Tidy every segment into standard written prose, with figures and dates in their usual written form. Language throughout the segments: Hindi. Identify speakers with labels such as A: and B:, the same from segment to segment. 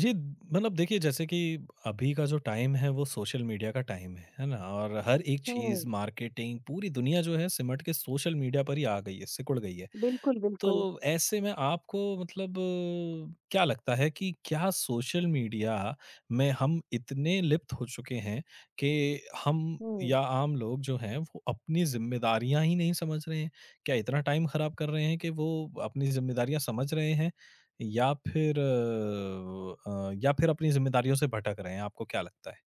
A: जी। मतलब देखिए जैसे कि अभी का जो टाइम है वो सोशल मीडिया का टाइम है ना। और हर एक चीज़,
B: हुँ।
A: मार्केटिंग, पूरी दुनिया जो है सिमट के सोशल मीडिया पर ही आ गई है, सिकुड़ गई है।
B: बिल्कुल, बिल्कुल।
A: तो ऐसे में आपको मतलब क्या लगता है कि क्या सोशल मीडिया में हम इतने लिप्त हो चुके हैं कि हम
B: हुँ।
A: या आम लोग जो हैं वो अपनी जिम्मेदारियां ही नहीं समझ रहे हैं? क्या इतना टाइम खराब कर रहे हैं कि वो अपनी जिम्मेदारियां समझ रहे हैं, या फिर अ, या फिर अपनी जिम्मेदारियों से भटक रहे हैं? आपको क्या लगता है?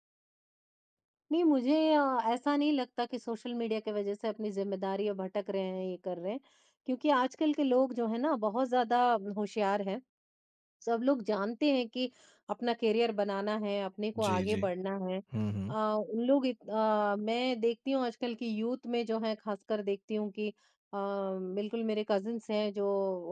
B: नहीं मुझे ऐसा नहीं लगता कि सोशल मीडिया की वज़ह से अपनी ज़िम्मेदारियाँ भटक रहे हैं, ये कर रहे हैं। क्योंकि आजकल के लोग जो है ना बहुत ज़्यादा होशियार हैं। सब लोग जानते हैं कि अपना करियर बनाना है, अपने को
A: जी
B: आगे
A: जी।
B: बढ़ना है। अ,
A: हम्म।
B: उन लोग इत अ, मैं देखती हूँ आजकल की यूथ में जो है ख़ासकर देखती हूँ कि बिल्कुल मेरे कज़िन्स हैं जो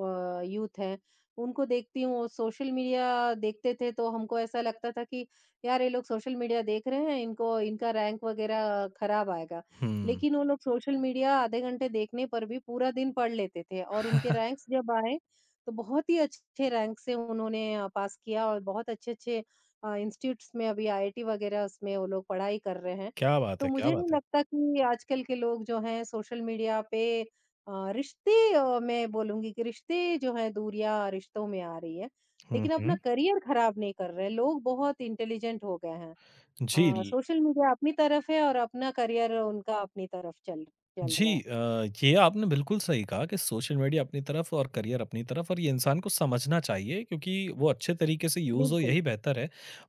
B: यूथ हैं, उनको देखती हूँ वो सोशल मीडिया देखते थे तो हमको ऐसा लगता था कि यार ये लोग सोशल मीडिया देख रहे हैं, इनको इनका रैंक वग़ैरह ख़राब आएगा।
A: हम्म
B: लेकिन वो लोग सोशल मीडिया आधे घंटे देखने पर भी पूरा दिन पढ़ लेते थे और उनके रैंक्स जब आए तो बहुत ही अच्छे रैंक से उन्होंने पास किया और बहुत अच्छे-अच्छे इंस्टीट्यूट्स में अभी आईआईटी वगैरह उसमें वो लोग पढ़ाई कर रहे हैं।
A: क्या बात
B: तो
A: है, क्या
B: मुझे नहीं
A: बात है।
B: लगता कि आजकल के लोग जो हैं सोशल मीडिया पे मैं बोलूँगी कि रिश्ते जो हैं दूरियाँ रिश्तों में आ रही है, लेकिन अपना
A: हम्म।
B: करियर खराब नहीं कर रहे हैं। लोग बहुत इंटेलिजेंट हो गए हैं।
A: जी
B: सोशल मीडिया अपनी तरफ है और अपना करियर उनका अपनी तरफ चल चल
A: जी।
B: रहा है।
A: ये आपने बिल्कुल सही कहा कि सोशल मीडिया अपनी तरफ और करियर अपनी तरफ, और ये इंसान को समझना चाहिए क्योंकि वो अच्छे तरीके से यूज़ हो
B: बिल्कुल।
A: यही बेहतर है।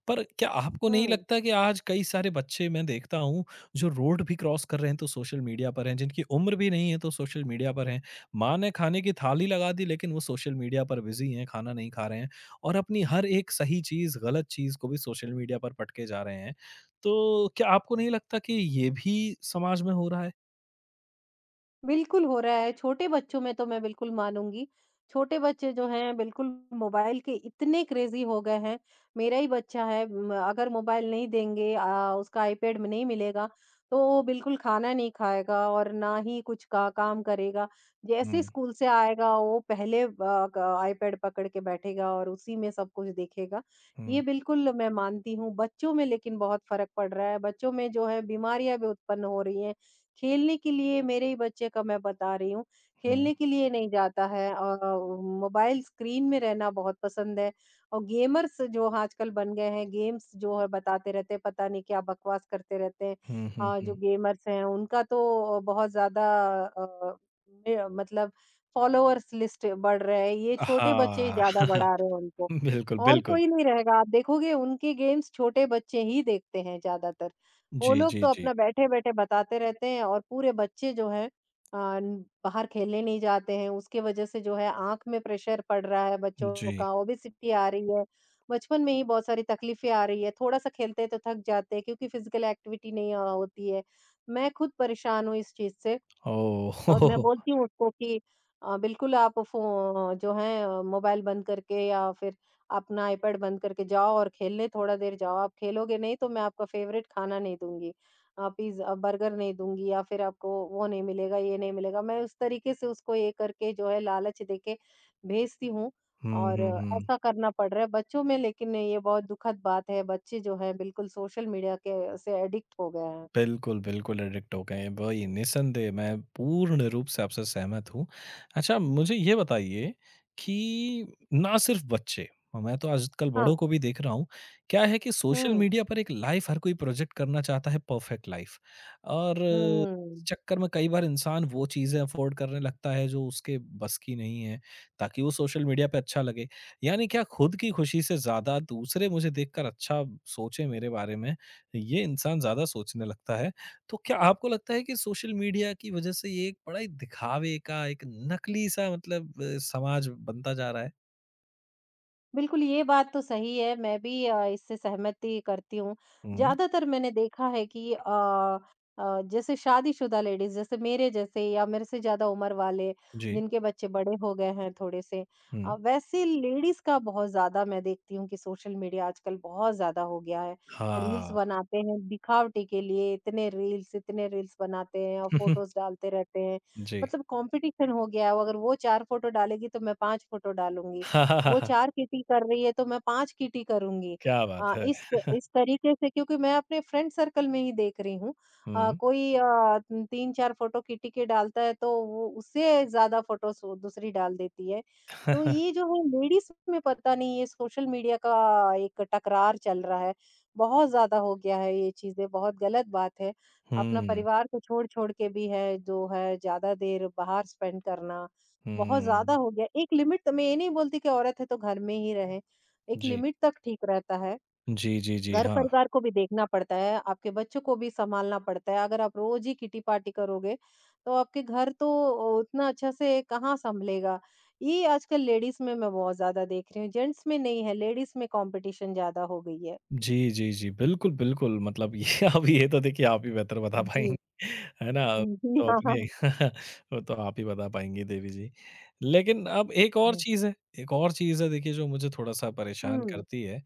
A: पर क्या आपको नहीं
B: हुँ।
A: लगता कि आज कई सारे बच्चे मैं देखता हूँ जो रोड भी क्रॉस कर रहे हैं तो सोशल मीडिया पर हैं, जिनकी उम्र भी नहीं है तो सोशल मीडिया पर हैं। माँ ने खाने की थाली लगा दी लेकिन वो सोशल मीडिया पर बिज़ी हैं, खाना नहीं खा रहे हैं और अपनी हर एक सही चीज़, गलत चीज़ को भी सोशल मीडिया पर पटके जा रहे हैं। तो क्या आपको नहीं लगता कि ये भी समाज में हो रहा
B: बिल्कुल हो रहा है, छोटे बच्चों में तो मैं बिल्कुल मानूँगी। छोटे बच्चे जो हैं बिल्कुल मोबाइल के इतने क्रेज़ी हो गए हैं। मेरा ही बच्चा है। म अगर मोबाइल नहीं देंगे, उसका आईपैड में नहीं मिलेगा, तो वो बिल्कुल खाना नहीं खाएगा और ना ही कुछ का काम करेगा। जैसे ही
A: है?
B: स्कूल से आएगा वो पहले अ, ग आईपैड पकड़ के बैठेगा और उसी में सब कुछ देखेगा।
A: हुँ,
B: ये बिल्कुल मैं मानती हूँ, बच्चों में लेकिन बहुत फ़र्क पड़ रहा है, बच्चों में जो है बीमारियाँ भी उत्पन्न हो रही हैं। खेलने के लिए मेरे ही बच्चे का मैं बता रही हूँ,
A: हुँ।
B: खेलने के लिए नहीं जाता है, मोबाइल स्क्रीन में रहना बहुत पसंद है और गेमर्स जो आजकल बन गए हैं, गेम्स जो है बताते रहते हैं, पता नहीं क्या बकवास करते रहते हैं।
A: हुँ, हुँ,
B: जो
A: हुँ।
B: गेमर्स हैं उनका तो बहुत ज़्यादा अ, मे मतलब, फॉलोवर्स लिस्ट बढ़ रहा है, ये छोटे बच्चे ही
A: हाँ,
B: ज़्यादा बढ़ा रहे हैं उनको
A: बिल्कुल,
B: और
A: बिल्कुल।
B: कोई नहीं रहेगा, आप देखोगे उनके गेम्स छोटे बच्चे ही देखते हैं ज़्यादातर। वो
A: जी,
B: लोग
A: जी,
B: तो
A: जी।
B: अपना बैठे-बैठे बताते रहते हैं और पूरे बच्चे जो हैं अ, बाहर खेलने नहीं जाते हैं, उसके वजह से जो है आँख में प्रेशर पड़ रहा है बच्चों
A: जी।
B: का, ओबेसिटी आ रही है, बचपन में ही बहुत सारी तकलीफ़ें आ रही है, थोड़ा-सा खेलते हैं तो थक जाते हैं क्योंकि फिज़िकल एक्टिविटी नहीं होती है। मैं खुद परेशान हूँ इस चीज़ से
A: ओह!
B: और मैं बोलती हूँ उसको कि बिल्कुल आप फ़ो जो है अ, मोबाइल बंद करके या फिर अपना आईपैड बंद करके जाओ और खेलने थोड़ा देर जाओ। आप खेलोगे नहीं तो मैं आपका फ़ेवरेट खाना नहीं दूँगी। पिज़्ज़ा बर्गर नहीं दूँगी या फिर आपको वो नहीं मिलेगा, ये नहीं मिलेगा। मैं उस तरीके से उसको ये करके जो है लालच देके भेजती हूँ
A: हुँ,
B: और
A: हुँ, हुँ।
B: ऐसा करना पड़ रहा है बच्चों में लेकिन ये बहुत दुखद बात है, बच्चे जो हैं बिल्कुल सोशल मीडिया के से एडिक्ट हो गए हैं।
A: बिल्कुल, बिल्कुल एडिक्ट हो गए हैं, वही निस्संदेह मैं पूर्ण रूप से आपसे सहमत हूँ। अच्छा मुझे ये बताइए कि ना सिर्फ़ बच्चे, मैं तो आजकल बड़ों
B: हाँ।
A: को भी देख रहा हूँ। क्या है कि सोशल
B: हुँ।
A: मीडिया पर एक लाइफ़ हर कोई प्रोजेक्ट करना चाहता है, परफ़ेक्ट लाइफ़। और
B: हुँ।
A: चक्कर में कई बार इंसान वो चीज़ें अफ़ोर्ड करने लगता है जो उसके बस की नहीं है, ताकि वो सोशल मीडिया पे अच्छा लगे। यानी क्या खुद की खुशी से ज़्यादा दूसरे मुझे देखकर अच्छा सोचें मेरे बारे में, ये इंसान ज़्यादा सोचने लगता है। तो क्या आपको लगता है कि सोशल मीडिया की वजह से ये एक बड़ा ही दिखावे का एक नकली-सा मतलब समाज बनता जा रहा है?
B: बिल्कुल, ये बात तो सही है, मैं भी इससे सहमति करती हूँ।
A: हुँ,
B: ज़्यादातर मैंने देखा है कि जैसे शादीशुदा लेडीज़, जैसे मेरे जैसे या मेरे से ज़्यादा उम्र वाले,
A: जी,
B: जिनके बच्चे बड़े हो गए हैं थोड़े-से,
A: हुँ।
B: वैसे लेडीज़ का बहुत ज़्यादा मैं देखती हूँ कि सोशल मीडिया आजकल बहुत ज़्यादा हो गया है। रील्स
A: हाँ।
B: बनाते हैं दिखावटी के लिए, इतने रील्स बनाते हैं और फ़ोटोज़ डालते रहते हैं।
A: जी।
B: मतलब कॉम्पिटिशन हो गया है, वो अगर वो 4 फ़ोटो डालेगी, तो मैं 5 फ़ोटो डालूँगी। वो 4 किटी कर रही है तो मैं 5 किटी करूँगी।
A: क्या बात
B: अ,
A: है!
B: इस इस तरीके से क्योंकि मैं अपने फ्रेंड सर्कल में ही देख रही हूँ।
A: हुँ।
B: कोई 3-4 फ़ोटो किटी के डालता है तो वो उससे ज़्यादा फ़ोटोज़ वो दूसरी डाल देती है। तो ये जो है लेडीज़ में पता नहीं ये सोशल मीडिया का एक टकरार चल रहा है। बहुत ज़्यादा हो गया है ये चीज़ें, बहुत गलत बात है। अपना
A: हुँ,
B: परिवार को छोड़-छोड़ के भी है जो है ज़्यादा देर बाहर स्पेंड करना बहुत ज़्यादा
A: हुँ।
B: हो गया। एक लिमिट त मैं ये नहीं बोलती कि औरत है तो घर में ही रहे, एक
A: जी।
B: लिमिट तक ठीक रहता है।
A: जी, जी, जी, हाँ।
B: घर-परिवार को भी देखना पड़ता है, आपके बच्चों को भी सँभालना पड़ता है। अगर आप रोज़ ही किटी-पार्टी करोगे, तो आपके घर तो उतना अच्छा से कहाँ सँभलेगा। ये आजकल लेडीज़ में मैं बहुत ज़्यादा देख रही हूँ, जेंट्स में नहीं है, लेडीज़ में कॉम्पिटिशन ज़्यादा हो गई है।
A: जी, जी, जी। बिल्कुल, बिल्कुल मतलब ये अब ये तो देखिए आप ही बेहतर बता पाएँगी,
B: जी।
A: है ना?
B: हुँ, जी,
A: तो
B: हाँ, हाँ।
A: अपने वो तो आप ही बता पाएँगी देवी जी। लेकिन अब एक और चीज़ है, देखिए, जो मुझे थोड़ा-सा परेशान
B: हुँ,
A: करती है।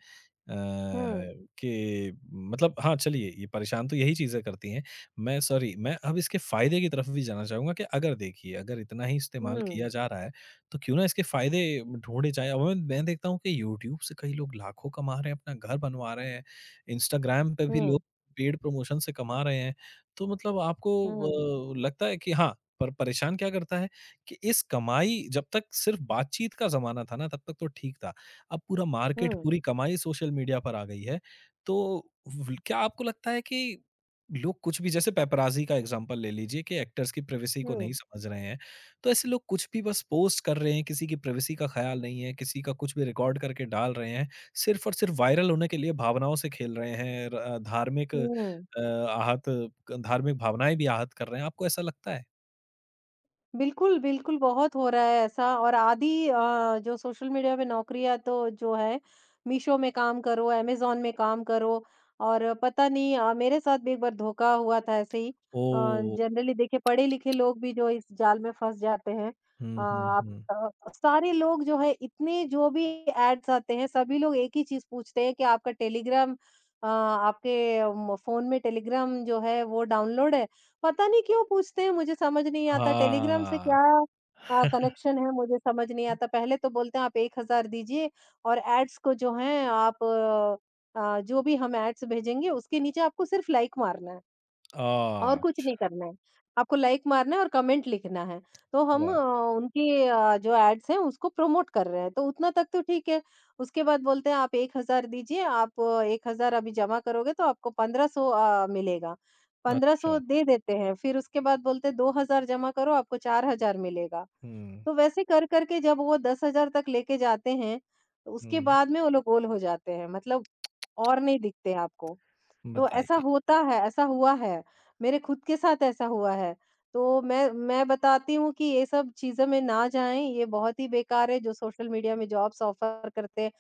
B: हुँ,
A: कि मतलब हाँ, चलिए ये परेशान तो यही चीज़ें करती हैं। मैं सॉरी, मैं अब इसके फ़ायदे की तरफ भी जाना चाहूँगा कि अगर देखिए अगर इतना ही इस्तेमाल किया
B: हुँ,
A: जा रहा है तो क्यों ना इसके फायदे ढूंढे जाए। अब मैं देखता हूँ कि यूट्यूब से कई लोग लाखों कमा रहे हैं, अपना घर बनवा रहे हैं, इंस्टाग्राम पे भी लोग
B: हुँ,
A: पेड प्रमोशन से कमा रहे हैं। तो मतलब
B: हुँ,
A: आपको लगता है कि हाँ, पर परेशान क्या करता है कि इस कमाई, जब तक सिर्फ बातचीत का ज़माना था ना, तब तक तो ठीक था। अब पूरा मार्केट,
B: हुँ,
A: पूरी कमाई सोशल मीडिया पर आ गई है। तो व्ल क्या आपको लगता है कि लोग कुछ भी, जैसे पेपराज़ी का एग्ज़ाम्पल ले लीजिए, कि एक्टर्स की प्राइवेसी को नहीं
B: हुँ,
A: समझ रहे हैं। तो ऐसे लोग कुछ भी बस पोस्ट कर रहे हैं, किसी की प्राइवेसी का ख़्याल नहीं है, किसी का कुछ भी रिकॉर्ड करके डाल रहे हैं। सिर्फ़ और सिर्फ़ वायरल होने के लिए भावनाओं से खेल रहे हैं, र अ, धार्मिक
B: हुँ।
A: अ, आहत धार्मिक भावनाएँ भी आहत कर रहे हैं। आपको ऐसा लगता है?
B: बिल्कुल, बिल्कुल, बहुत हो रहा है ऐसा और आधी जो सोशल मीडिया पे नौकरियाँ तो जो है, मीशो में काम करो, अमेज़न में काम करो और पता नहीं, मेरे साथ भी एक बार धोखा हुआ था ऐसे ही।
A: ओह!
B: जनरली देखिए पढ़े-लिखे लोग भी जो इस जाल में फँस जाते हैं।
A: हुँ, हुँ,
B: आप
A: हुँ।
B: सारे लोग जो है इतने जो भी एड्स आते हैं, सभी लोग एक ही चीज़ पूछते हैं कि आपका टेलीग्राम, आपके म फ़ोन में टेलीग्राम जो है वो डाउनलोड है? पता नहीं क्यों पूछते हैं, मुझे समझ नहीं आता टेलीग्राम से
A: हाँ।
B: क्या कनेक्शन है, मुझे समझ नहीं आता। पहले तो बोलते हैं आप 1000 दीजिए और एड्स को जो हैं आप, जो भी हम एड्स भेजेंगे उसके नीचे आपको सिर्फ लाइक मारना है। और कुछ
A: अच्छा,
B: नहीं करना है। आपको लाइक मारना है और कमेंट लिखना है। तो हम
A: वाह!
B: उनकी जो एड्स हैं उसको प्रमोट कर रहे हैं, तो उतना तक तो ठीक है। उसके बाद बोलते हैं आप 1000 दीजिए, आप 1000 अभी जमा करोगे तो आपको 1500 मिलेगा।
A: अच्छा।
B: 1500 दे देते हैं, फिर उसके बाद बोलते हैं 2000 जमा करो आपको 4000 मिलेगा।
A: हुँ,
B: तो वैसे कर-कर के जब वो 10,000 तक लेके जाते हैं, तो उसके
A: हुँ।
B: बाद में वो लोग गोल हो जाते हैं, मतलब और नहीं दिखते आपको। तो ऐसा
A: बताइए।
B: होता है, ऐसा हुआ है। मेरे खुद के साथ ऐसा हुआ है। तो मैं बताती हूँ कि ये सब चीज़ों में ना जाएँ, ये बहुत ही बेकार है जो सोशल मीडिया में जॉब्स ऑफ़र करते हैं।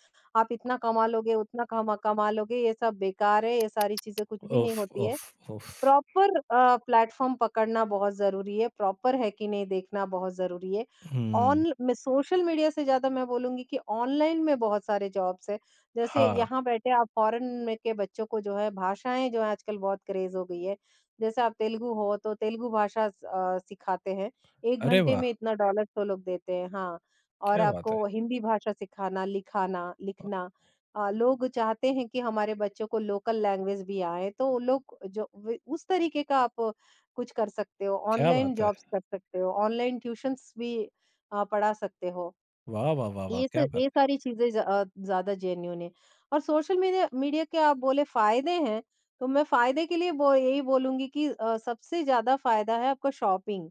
B: आप इतना कमा लोगे, उतना कमा कमा लोगे, ये सब बेकार है, ये सारी चीज़ें कुछ भी नहीं
A: उफ़,
B: होती है।
A: उफ़, उफ़।
B: प्रॉपर प्लेटफ़ॉर्म पकड़ना बहुत ज़रूरी है, प्रॉपर है कि नहीं देखना बहुत ज़रूरी है।
A: हुँ।
B: ऑन मैं सोशल मीडिया से ज़्यादा मैं बोलूँगी कि ऑनलाइन में बहुत सारे जॉब्स हैं। जैसे
A: हाँ।
B: यहाँ बैठे आप फ़ॉरेन में के बच्चों को जो है भाषाएँ जो है आजकल बहुत क्रेज़ हो गई है। जैसे आप तेलुगु हो तो तेलुगु भाषा सिखाते हैं, 1
A: अरे
B: घंटे
A: वाह!
B: में इतना डॉलर वो लोग देते हैं। हाँ, और
A: क्या बात है!
B: आपको हिंदी भाषा सिखाना, लिखाना,
A: अ,
B: लिखना, लोग चाहते हैं कि हमारे बच्चों को लोकल लैंग्वेज भी आए, तो वो लोग जो वे उस तरीके का आप कुछ कर सकते हो,
A: क्या
B: ऑनलाइन
A: बात है!
B: जॉब्स कर सकते हो, ऑनलाइन ट्यूशन्स भी पढ़ा सकते हो।
A: वाह, वाह, वाह, वाह! क्या बात
B: ये
A: है!
B: सारी चीज़ें ज़्यादा जेन्युइन है। और सोशल मीडिया मीडिया के आप बोले फ़ायदे हैं, तो मैं फ़ायदे के लिए बो यही बोलूँगी कि सबसे ज़्यादा फ़ायदा है आपका शॉपिंग।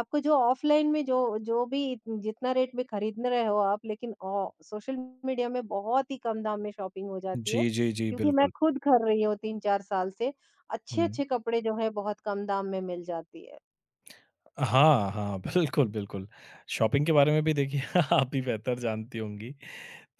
B: आपको जो ऑफ़लाइन में जो जो भी जितना रेट में खरीद रहे हो आप, लेकिन औ सोशल मीडिया में बहुत ही कम दाम में शॉपिंग हो जाती है।
A: जी, जी, जी,
B: क्योंकि मैं
A: बिल्कुल।
B: खुद कर रही हूँ 3-4 साल से,
A: हुँ।
B: अच्छे-अच्छे कपड़े जो हैं बहुत कम दाम में मिल जाती है।
A: हाँ, हाँ, बिल्कुल, बिल्कुल। शॉपिंग के बारे में भी देखिए आप भी बेहतर जानती होंगी,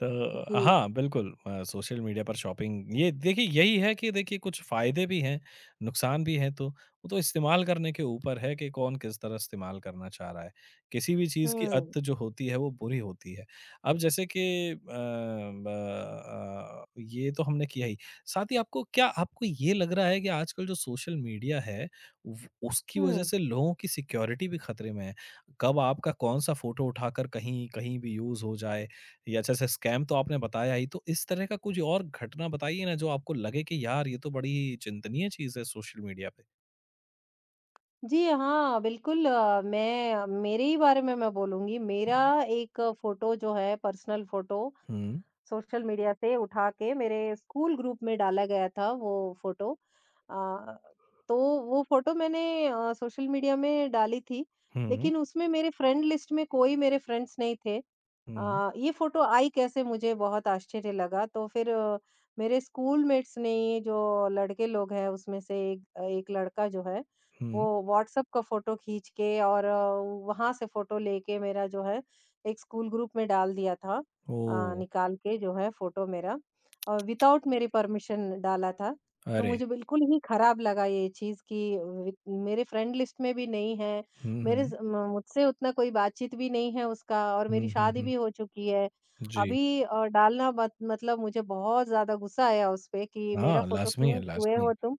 A: तो
B: जी।
A: हाँ, बिल्कुल सोशल मीडिया पर शॉपिंग, ये देखिए यही है कि देखिए कुछ फ़ायदे भी हैं, नुकसान भी हैं, तो वो तो इस्तेमाल करने के ऊपर है कि कौन किस तरह इस्तेमाल करना चाह रहा है। किसी भी चीज़ की
B: हुँ,
A: अत जो होती है वो बुरी होती है। अब जैसे कि ये तो हमने किया ही। साथ ही आपको क्या आपको ये लग रहा है कि आजकल जो सोशल मीडिया है व उसकी वज़ह
B: हुँ।
A: से लोगों की सिक्योरिटी भी खतरे में है? कब आपका कौन-सा फ़ोटो उठाकर कहीं, कहीं भी यूज़ हो जाए। ये अच्छा सा स्कैम तो आपने बताया ही, तो इस तरह का कुछ और घटना बताइए ना जो आपको लगे कि यार ये तो बड़ी चिंतनीय चीज़ है सोशल मीडिया पे?
B: जी हाँ, बिल्कुल, मैं मेरे ही बारे में मैं बोलूँगी। मेरा एक फ़ोटो जो है पर्सनल फ़ोटो
A: हुँ,
B: सोशल मीडिया से उठा के मेरे स्कूल ग्रुप में डाला गया था वो फ़ोटो। अ, तो वो फ़ोटो मैंने सोशल मीडिया में डाली थी,
A: हुँ,
B: लेकिन उसमें मेरे फ्रेंड लिस्ट में कोई मेरे फ्रेंड्स नहीं थे।
A: हुँ,
B: ये फ़ोटो आई कैसे, मुझे बहुत आश्चर्य लगा, तो फिर मेरे स्कूलमेट्स ने ये जो लड़के लोग हैं उसमें से एक लड़का जो है
A: हुँ।
B: वो व्हाट्सएप का फ़ोटो खींच के और वहाँ से फ़ोटो लेके मेरा जो है एक स्कूल ग्रुप में डाल दिया था,
A: ओह!
B: निकाल के जो है फ़ोटो मेरा और विदाउट मेरी परमिशन डाला था। तो
A: अरे!
B: मुझे बिल्कुल ही खराब लगा ये चीज़ कि वि मेरे फ्रेंड लिस्ट में भी नहीं है,
A: हुँ,
B: मेरे
A: हुँ।
B: ज़ म मुझसे उतना कोई बातचीत भी नहीं है उसका और मेरी
A: हुँ, हुँ,
B: शादी
A: हुँ।
B: भी हो चुकी है।
A: जी।
B: अभी डालना मत, मतलब मुझे बहुत ज़्यादा गुस्सा आया उस पे कि मेरा
A: हाँ,
B: फ़ोटो
A: लाज़मी है,
B: क्यों छुए
A: लाज़मी है।
B: हो तुम?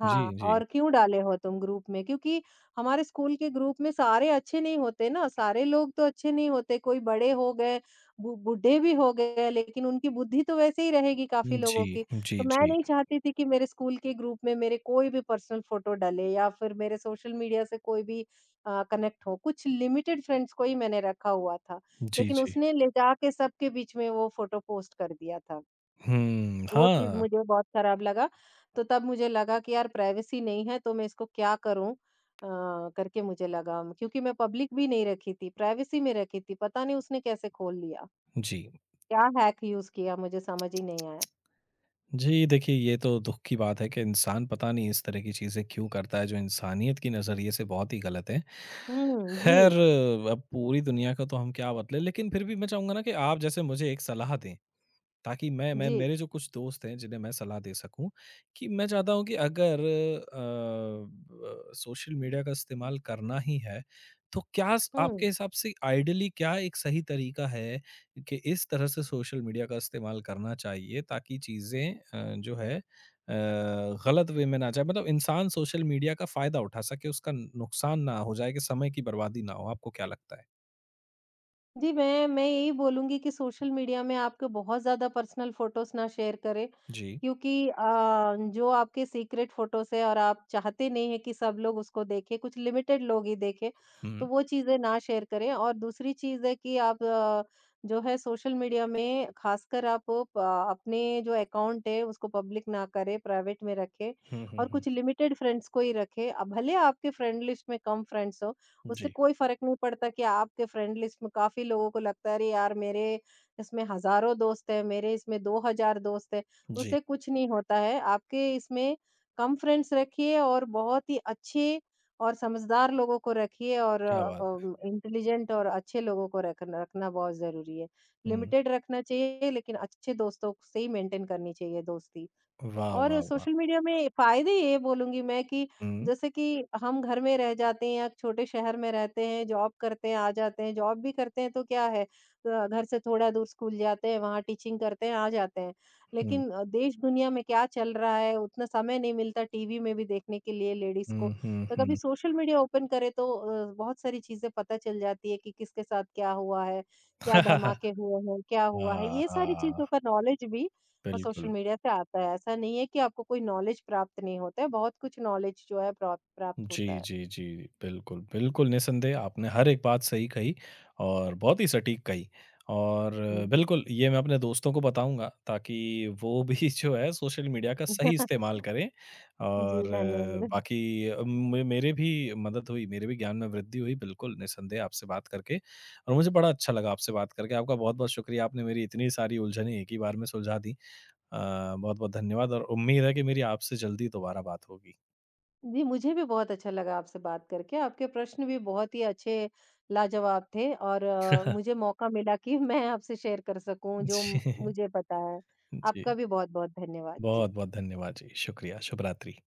B: हाँ,
A: जी, जी।
B: और क्यों डाले हो तुम ग्रुप में? क्योंकि हमारे स्कूल के ग्रुप में सारे अच्छे नहीं होते ना, सारे लोग तो अच्छे नहीं होते, कोई बड़े हो गए, बु बूढ़े भी हो गए, लेकिन उनकी बुद्धि तो वैसे ही रहेगी काफ़ी
A: जी,
B: लोगों की।
A: जी,
B: तो मैं
A: जी।
B: नहीं चाहती थी कि मेरे स्कूल के ग्रुप में मेरे कोई भी पर्सनल फ़ोटो डले या फिर मेरे सोशल मीडिया से कोई भी कनेक्ट हो। कुछ लिमिटेड फ्रेंड्स को ही मैंने रखा हुआ था,
A: जी,
B: लेकिन
A: जी।
B: उसने ले जाके सबके बीच में वो फ़ोटो पोस्ट कर दिया था।
A: हुँ,
B: वो चीज़
A: हाँ।
B: मुझे बहुत खराब लगा। तो तब मुझे लगा कि यार प्राइवेसी नहीं है तो मैं इसको क्या करूँ? करके मुझे लगा क्योंकि मैं पब्लिक भी नहीं रखी थी, प्राइवेसी में रखी थी, पता नहीं उसने कैसे खोल लिया।
A: जी।
B: क्या हैक यूज़ किया मुझे समझ ही नहीं आया।
A: जी, देखिए ये तो दुःख की बात है कि इंसान पता नहीं इस तरह की चीज़ें क्यों करता है जो इंसानियत के नज़रिए से बहुत ही गलत है।
B: हुँ,
A: ख़ैर,
B: जी,
A: अब पूरी दुनिया का तो हम क्या बदले, लेकिन फिर भी मैं चाहूँगा ना कि आप जैसे मुझे एक सलाह दें, ताकि मैं
B: जी।
A: मेरे जो कुछ दोस्त हैं जिन्हें मैं सलाह दे सकूँ कि मैं चाहता हूँ कि अगर सोशल मीडिया का इस्तेमाल करना ही है तो आपके
B: हुँ।
A: हिसाब से आइडियली क्या एक सही तरीका है कि इस तरह से सोशल मीडिया का इस्तेमाल करना चाहिए ताकि चीज़ें गलत वे में ना जाए, मतलब इंसान सोशल मीडिया का फायदा उठा सके, उसका नुकसान ना हो जाए, कि समय की बर्बादी ना हो। आपको क्या लगता है?
B: जी, मैं यही बोलूँगी कि सोशल मीडिया में आपके बहुत ज़्यादा पर्सनल फ़ोटोज़ ना शेयर करें,
A: जी।
B: क्योंकि जो आपके सीक्रेट फ़ोटोज़ है और आप चाहते नहीं हैं कि सब लोग उसको देखें, कुछ लिमिटेड लोग ही देखें,
A: हम्म
B: तो वो चीज़ें ना शेयर करें। और दूसरी चीज़ है कि आप जो है सोशल मीडिया में ख़ासकर आप प अपने जो अकाउंट है उसको पब्लिक ना करें, प्राइवेट में रखें
A: हम्म हम्म
B: और
A: हम्म,
B: कुछ लिमिटेड फ्रेंड्स को ही रखें। भले आपके फ्रेंड लिस्ट में कम फ्रेंड्स हो, उससे
A: जी
B: कोई फ़र्क नहीं पड़ता। कि आपके फ्रेंड लिस्ट में काफ़ी लोगों को लगता है अरे यार मेरे इसमें हज़ारों दोस्त हैं, मेरे इसमें 2000 दोस्त हैं,
A: जी।
B: उससे कुछ नहीं होता है। आपके इसमें कम फ्रेंड्स रखिए और बहुत ही अच्छे और समझदार लोगों को रखिए और
A: क्या बात है।
B: इंटेलिजेंट और अच्छे लोगों को रखना रखना बहुत ज़रूरी है।
A: हम्म।
B: लिमिटेड रखना चाहिए लेकिन अच्छे दोस्तों से ही मेंटेन करनी चाहिए दोस्ती।
A: वाह, वाह,
B: और
A: वाह!
B: सोशल मीडिया में फायदे ये बोलूँगी मैं कि
A: हुँ,
B: जैसे कि हम घर में रह जाते हैं या छोटे शहर में रहते हैं, जॉब करते हैं, आ जाते हैं, जॉब भी करते हैं तो क्या है, घर से थोड़ा दूर स्कूल जाते हैं, वहाँ टीचिंग करते हैं, आ जाते हैं।
A: हुँ,
B: लेकिन देश दुनिया में क्या चल रहा है उतना समय नहीं मिलता टीवी में भी देखने के लिए लेडीज़ को।
A: हुँ, हुँ,
B: तो कभी
A: हुँ।
B: सोशल मीडिया ओपन करें तो बहुत सारी चीज़ें पता चल जाती है कि किसके साथ क्या हुआ है, क्या धमाके हुए हैं, क्या हुआ है।
A: हाँ,
B: ये सारी चीज़ों
A: हाँ,
B: का नॉलेज भी और सोशल
A: बिल्कुल।
B: मीडिया से आता है। ऐसा नहीं है कि आपको कोई नॉलेज प्राप्त नहीं होता है, बहुत कुछ नॉलेज जो है प्राप्त प्राप्त
A: जी,
B: होता है।
A: जी, जी। बिल्कुल, बिल्कुल, निसंदेह आपने हर एक बात सही कही और बहुत ही सटीक कही। और
B: जी।
A: बिल्कुल ये मैं अपने दोस्तों को बताऊँगा ताकि वो भी जो है सोशल मीडिया का सही इस्तेमाल करें। और
B: जी, धन्यवाद।
A: बाकी म मेरे भी मदद हुई, मेरे भी ज्ञान में वृद्धि हुई, बिल्कुल निसंदेह आपसे बात करके, और मुझे बड़ा अच्छा लगा आपसे बात करके। आपका बहुत-बहुत शुक्रिया, आपने मेरी इतनी सारी उलझनें एक ही बार में सुलझा दी। अ, बहुत-बहुत धन्यवाद, और उम्मीद है कि मेरी आपसे जल्दी दोबारा बात होगी।
B: जी, मुझे भी बहुत अच्छा लगा आपसे बात करके। आपके प्रश्न भी बहुत ही अच्छे लाजवाब थे और मुझे मौका मिला कि मैं आपसे शेयर कर सकूँ जो
A: जी।
B: मुझे पता है। आपका
A: जी,
B: भी बहुत-बहुत धन्यवाद। जी।
A: बहुत-बहुत धन्यवाद जी, शुक्रिया, शुभ रात्रि।